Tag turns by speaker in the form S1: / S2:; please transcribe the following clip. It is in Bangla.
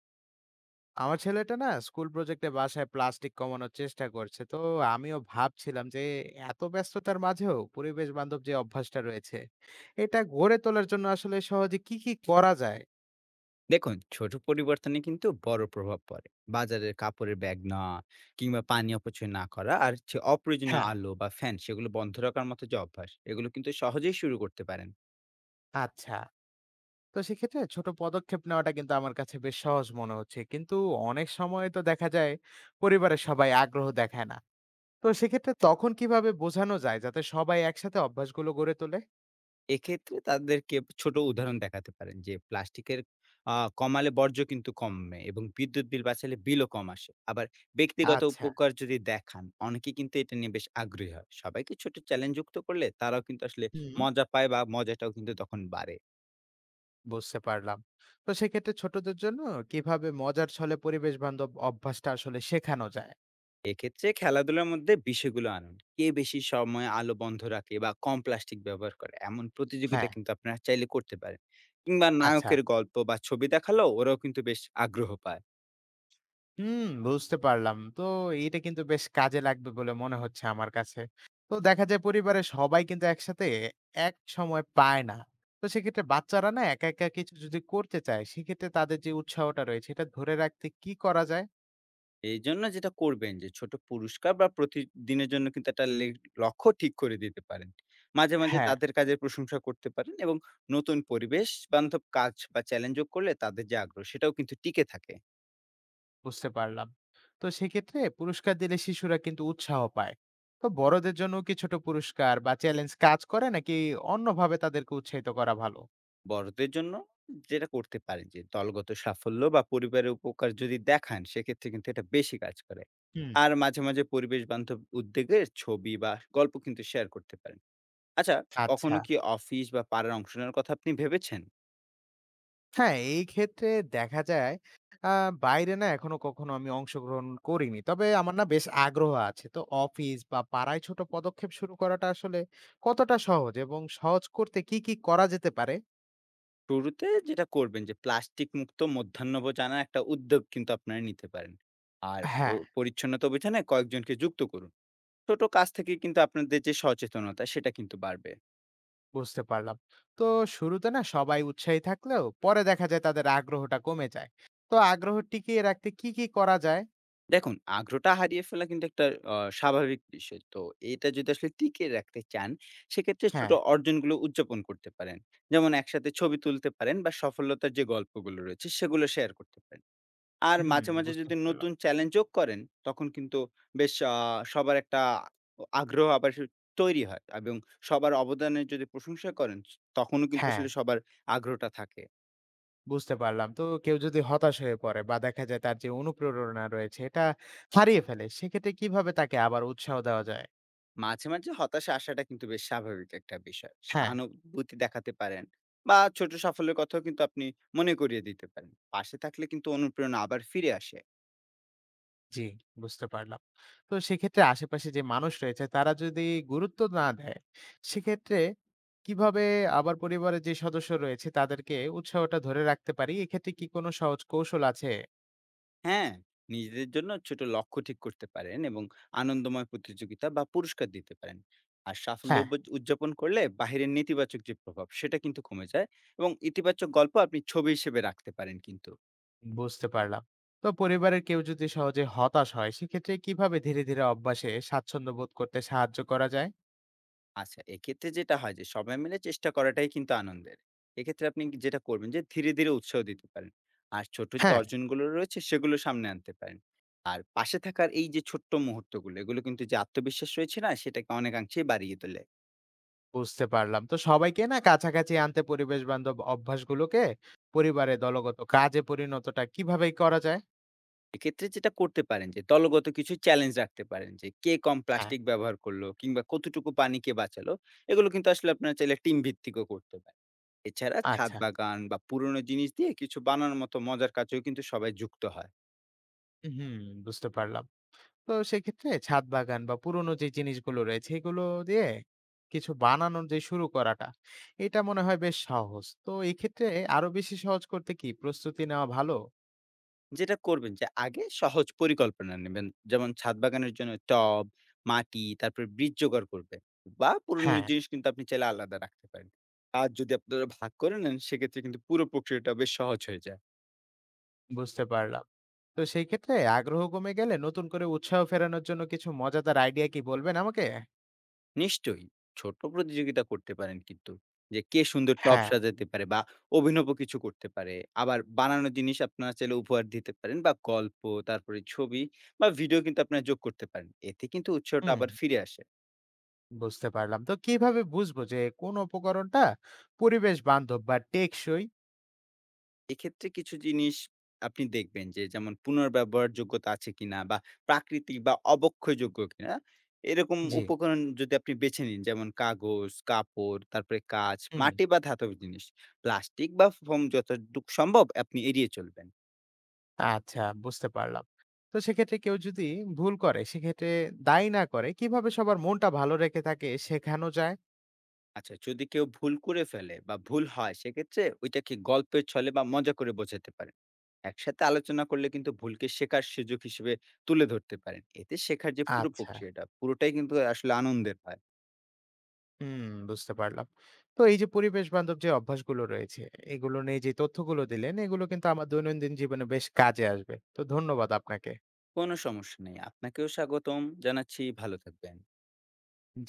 S1: আমার ছেলেটা না স্কুল প্রজেক্টে বাসায় প্লাস্টিক কমানোর চেষ্টা করছে, তো আমিও ভাবছিলাম যে এত ব্যস্ততার মাঝেও পরিবেশ বান্ধব যে অভ্যাসটা রয়েছে এটা গড়ে তোলার জন্য আসলে সহজে কি কি করা যায়।
S2: দেখুন, ছোট পরিবর্তনে কিন্তু বড় প্রভাব পড়ে। বাজারের কাপড়ের ব্যাগ না, কিংবা পানি অপচয় না করা, আর যে অপ্রয়োজনীয়
S1: হ্যাঁ।
S2: আলো বা ফ্যান সেগুলো বন্ধ রাখার মতো যে অভ্যাস, এগুলো কিন্তু সহজেই শুরু করতে পারেন।
S1: আচ্ছা। তো সেক্ষেত্রে ছোট পদক্ষেপ নেওয়াটা কিন্তু আমার কাছে বেশ সহজ মনে হচ্ছে, কিন্তু অনেক সময় তো দেখা যায় পরিবারের সবাই আগ্রহ দেখায় না। তো সেক্ষেত্রে তখন কিভাবে বোঝানো যায় যাতে সবাই একসাথে অভ্যাসগুলো গড়ে তোলে?
S2: এক্ষেত্রে তাদেরকে ছোট উদাহরণ দেখাতে পারেন যে প্লাস্টিকের কমালে বর্জ্য কিন্তু কমে, এবং বিদ্যুৎ বিল বাঁচালে বিলও কম আসে। আবার ব্যক্তিগত
S1: আচ্ছা।
S2: উপকার যদি দেখান, অনেকে কিন্তু এটা নিয়ে বেশ আগ্রহী হয়। সবাইকে ছোট চ্যালেঞ্জ যুক্ত করলে তারাও কিন্তু আসলে
S1: হুম।
S2: মজা পায়, বা মজাটাও কিন্তু তখন বাড়ে।
S1: বুঝতে পারলাম। তো সেক্ষেত্রে ছোটদের জন্য কিভাবে মজার ছলে পরিবেশ বান্ধব অভ্যাসটা আসলে শেখানো যায়?
S2: এক্ষেত্রে খেলাধুলার মধ্যে বিষয়গুলো আনুন, কে বেশি সময় আলো বন্ধ রাখে বা কম প্লাস্টিক ব্যবহার করে, এমন প্রতিযোগিতা
S1: হ্যাঁ।
S2: কিন্তু আপনারা চাইলে করতে পারেন। কিংবা
S1: আচ্ছা।
S2: নায়কের গল্প বা ছবি দেখালো ওরাও কিন্তু বেশ আগ্রহ পায়।
S1: হুম, বুঝতে পারলাম। তো এটা কিন্তু বেশ কাজে লাগবে বলে মনে হচ্ছে আমার কাছে। তো দেখা যায় পরিবারের সবাই কিন্তু একসাথে এক সময় পায় না। তো সেক্ষেত্রে বাচ্চারা না একা, একা কিছু যদি করতে চায় সেক্ষেত্রে তাদের যে উৎসাহটা রয়েছে এটা ধরে রাখতে কি করা যায়?
S2: এই জন্য যেটা করবেন, যে ছোট পুরস্কার বা প্রতিদিনের জন্য কিন্তু একটা লক্ষ্য ঠিক করে দিতে পারেন। মাঝে মাঝে
S1: হ্যাঁ।
S2: তাদের কাজের প্রশংসা করতে পারেন, এবং নতুন পরিবেশ বান্ধব কাজ বা চ্যালেঞ্জ করলে তাদের যে আগ্রহ সেটাও কিন্তু টিকে থাকে।
S1: বুঝতে পারলাম। তো সেক্ষেত্রে পুরস্কার দিলে শিশুরা কিন্তু উৎসাহ পায়। তো বড়দের জন্য কি ছোট পুরস্কার বা চ্যালেঞ্জ কাজ করে, নাকি অন্যভাবে তাদেরকে উৎসাহিত করা ভালো?
S2: বড়দের জন্য যেটা করতে পারেন, যে দলগত সাফল্য বা পরিবারের উপকার যদি দেখান, সেক্ষেত্রে কিন্তু এটা বেশি কাজ করে।
S1: হুম।
S2: আর মাঝে মাঝে পরিবেশ বান্ধব উদ্যোগের ছবি বা গল্প কিন্তু শেয়ার করতে পারেন। আচ্ছা,
S1: আচ্ছা।
S2: কখনো কি অফিস বা পাড়ার অংশ নেওয়ার কথা আপনি ভেবেছেন?
S1: হ্যাঁ, এই ক্ষেত্রে দেখা যায়, বাইরে না এখনো কখনো আমি অংশগ্রহণ করিনি, তবে আমার না বেশ আগ্রহ আছে। তো অফিস বা পাড়ায় ছোট পদক্ষেপ শুরু করাটা আসলে কতটা সহজ, এবং সহজ করতে কি কি করা যেতে পারে?
S2: শুরুতে যেটা করবেন, যে প্লাস্টিক মুক্ত মধ্যাহ্নভোজ আনার একটা উদ্যোগ কিন্তু আপনারা নিতে পারেন। আর
S1: হ্যাঁ।
S2: পরিচ্ছন্নতা অভিযানে কয়েকজনকে যুক্ত করুন। ছোট কাজ থেকে কিন্তু আপনাদের যে সচেতনতা, সেটা কিন্তু বাড়বে।
S1: বুঝতে পারলাম। তো শুরুতে না সবাই উৎসাহী থাকলেও পরে দেখা যায় তাদের আগ্রহটা কমে যায়। তো আগ্রহ টিকিয়ে রাখতে কি কি করা যায়?
S2: দেখুন, আগ্রহটা হারিয়ে ফেলা কিন্তু একটা অ স্বাভাবিক বিষয়। তো এটা যদি আসলে টিকিয়ে রাখতে চান, সেক্ষেত্রে ছোট
S1: হ্যাঁ।
S2: অর্জনগুলো উদযাপন করতে পারেন। যেমন একসাথে ছবি তুলতে পারেন বা সফলতার যে গল্পগুলো রয়েছে, সেগুলো শেয়ার করতে পারেন। আর
S1: হুম।
S2: মাঝে, মাঝে
S1: বুঝতে
S2: যদি
S1: পারলাম।
S2: নতুন চ্যালেঞ্জ যোগ করেন, তখন কিন্তু বেশ আ সবার একটা আগ্রহ আবার তৈরি হয়, এবং সবার অবদানের যদি প্রশংসা করেন, তখনও কিন্তু
S1: হ্যাঁ।
S2: আসলে সবার আগ্রহটা থাকে।
S1: বুঝতে পারলাম। তো কেউ যদি হতাশ হয়ে পড়ে বা দেখা যায় তার যে অনুপ্রেরণা রয়েছে এটা হারিয়ে ফেলে, সেক্ষেত্রে কিভাবে তাকে আবার উৎসাহ দেওয়া যায়?
S2: মাঝে, মাঝে হতাশা আসাটা কিন্তু বেশ স্বাভাবিক একটা বিষয়।
S1: হ্যাঁ।
S2: সহানুভূতি দেখাতে পারেন, বা ছোট সাফল্যের কথাও কিন্তু আপনি মনে করিয়ে দিতে পারেন। পাশে থাকলে কিন্তু অনুপ্রেরণা আবার ফিরে আসে।
S1: জি, বুঝতে পারলাম। তো সেক্ষেত্রে আশেপাশে যে মানুষ রয়েছে তারা যদি গুরুত্ব না দেয়, সেক্ষেত্রে কিভাবে আবার পরিবারের যে সদস্য রয়েছে তাদেরকে উৎসাহটা ধরে রাখতে পারি? এক্ষেত্রে কি কোনো সহজ কৌশল আছে?
S2: হ্যাঁ, নিজেদের জন্য ছোট লক্ষ্য ঠিক করতে পারেন, এবং আনন্দময় প্রতিযোগিতা বা পুরস্কার দিতে পারেন। আর সাফল্য
S1: হ্যাঁ।
S2: উদযাপন করলে বাহিরের নেতিবাচক যে প্রভাব, সেটা কিন্তু কমে যায়, এবং ইতিবাচক গল্প আপনি ছবি হিসেবে রাখতে পারেন কিন্তু।
S1: বুঝতে পারলাম। তো পরিবারের কেউ যদি সহজে হতাশ হয়, সেক্ষেত্রে কিভাবে ধীরে, ধীরে অভ্যাসে স্বাচ্ছন্দ্য বোধ করতে সাহায্য করা যায়?
S2: আচ্ছা, এক্ষেত্রে যেটা হয়, যে সবাই মিলে চেষ্টা করাটাই কিন্তু আনন্দের। এক্ষেত্রে আপনি যেটা করবেন, যে ধীরে, ধীরে উৎসাহ দিতে পারেন। আর ছোট যে
S1: হ্যাঁ।
S2: অর্জনগুলো রয়েছে, সেগুলো সামনে আনতে পারেন। আর পাশে থাকার এই যে ছোট্ট মুহূর্তগুলো, এগুলো কিন্তু যে আত্মবিশ্বাস রয়েছে না, সেটাকে অনেকাংশেই বাড়িয়ে তোলে।
S1: বুঝতে পারলাম। তো সবাইকে না কাছাকাছি আনতে পরিবেশ বান্ধব অভ্যাসগুলোকে পরিবারে দলগত কাজে পরিণতটা কিভাবে করা যায়?
S2: এক্ষেত্রে যেটা করতে পারেন, যে দলগত কিছু চ্যালেঞ্জ রাখতে পারেন, যে কে কম
S1: হ্যাঁ।
S2: প্লাস্টিক ব্যবহার করলো, কিংবা কতটুকু পানি কে বাঁচালো, এগুলো কিন্তু আসলে আপনারা চাইলে টিম ভিত্তিকও করতে পারেন। এছাড়া ছাদ
S1: আচ্ছা।
S2: বাগান বা পুরনো জিনিস দিয়ে কিছু বানানোর মতো মজার কাজেও কিন্তু সবাই যুক্ত হয়।
S1: হুম, বুঝতে পারলাম। তো সেক্ষেত্রে ছাদ বাগান বা পুরোনো যে জিনিসগুলো রয়েছে এগুলো দিয়ে কিছু বানানোর যে শুরু করাটা, এটা মনে হয় বেশ সহজ। তো এক্ষেত্রে আরো বেশি সহজ করতে কি প্রস্তুতি নেওয়া ভালো?
S2: যেটা করবেন, যে আগে সহজ পরিকল্পনা নেবেন, যেমন ছাদ বাগানের জন্য টব, মাটি, তারপর বীজ জোগাড় করবে, বা পুরনো
S1: হ্যাঁ,
S2: জিনিস কিন্তু আপনি চাইলে আলাদা রাখতে পারেন। আর যদি আপনারা ভাগ করে নেন, সেক্ষেত্রে কিন্তু পুরো প্রক্রিয়াটা বেশ সহজ হয়ে যায়।
S1: বুঝতে পারলাম। তো সেই ক্ষেত্রে আগ্রহ কমে গেলে নতুন করে উৎসাহ ফেরানোর জন্য কিছু মজাদার আইডিয়া কি বলবেন আমাকে?
S2: নিশ্চয়ই ছোট প্রতিযোগিতা করতে পারেন কিন্তু, যে কে সুন্দর টব
S1: হ্যাঁ,
S2: সাজাতে পারে, বা অভিনব কিছু করতে পারে। আবার বানানো জিনিস আপনারা চাইলে উপহার দিতে পারেন, বা গল্প, তারপরে ছবি বা ভিডিও কিন্তু আপনারা যোগ করতে পারেন, এতে কিন্তু উৎসাহটা
S1: হুম,
S2: আবার ফিরে আসে।
S1: বুঝতে পারলাম। তো কিভাবে বুঝবো যে কোন উপকরণটা পরিবেশ বান্ধব বা টেকসই?
S2: এক্ষেত্রে কিছু জিনিস আপনি দেখবেন, যে যেমন পুনর্ব্যবহারযোগ্যতা আছে কিনা, বা প্রাকৃতিক বা অবক্ষয়যোগ্য কিনা। এরকম
S1: জি।
S2: উপকরণ যদি আপনি বেছে নিন, যেমন কাগজ, কাপড়, তারপরে কাঁচ,
S1: হুম।
S2: মাটি বা ধাতব জিনিস। প্লাস্টিক বা ফোম যতটুকু সম্ভব আপনি এড়িয়ে চলবেন।
S1: আচ্ছা, বুঝতে পারলাম। তো সেক্ষেত্রে কেউ যদি ভুল করে, সেক্ষেত্রে দায়ী না করে কিভাবে সবার মনটা ভালো রেখে তাকে শেখানো যায়?
S2: আচ্ছা, যদি কেউ ভুল করে ফেলে বা ভুল হয়, সেক্ষেত্রে ওইটাকে গল্পের ছলে বা মজা করে বোঝাতে পারেন। একসাথে আলোচনা করলে কিন্তু ভুলকে শেখার সুযোগ হিসেবে তুলে ধরতে পারেন, এতে শেখার যে পুরো
S1: আচ্ছা,
S2: প্রক্রিয়াটা, পুরোটাই কিন্তু আসলে আনন্দের হয়।
S1: হুম, বুঝতে পারলাম। তো এই যে পরিবেশ বান্ধব যে অভ্যাসগুলো রয়েছে, এগুলো নিয়ে যে তথ্যগুলো দিলেন, এগুলো কিন্তু আমার দৈনন্দিন জীবনে বেশ কাজে আসবে। তো ধন্যবাদ আপনাকে।
S2: কোনো সমস্যা নেই। আপনাকেও স্বাগতম জানাচ্ছি। ভালো থাকবেন।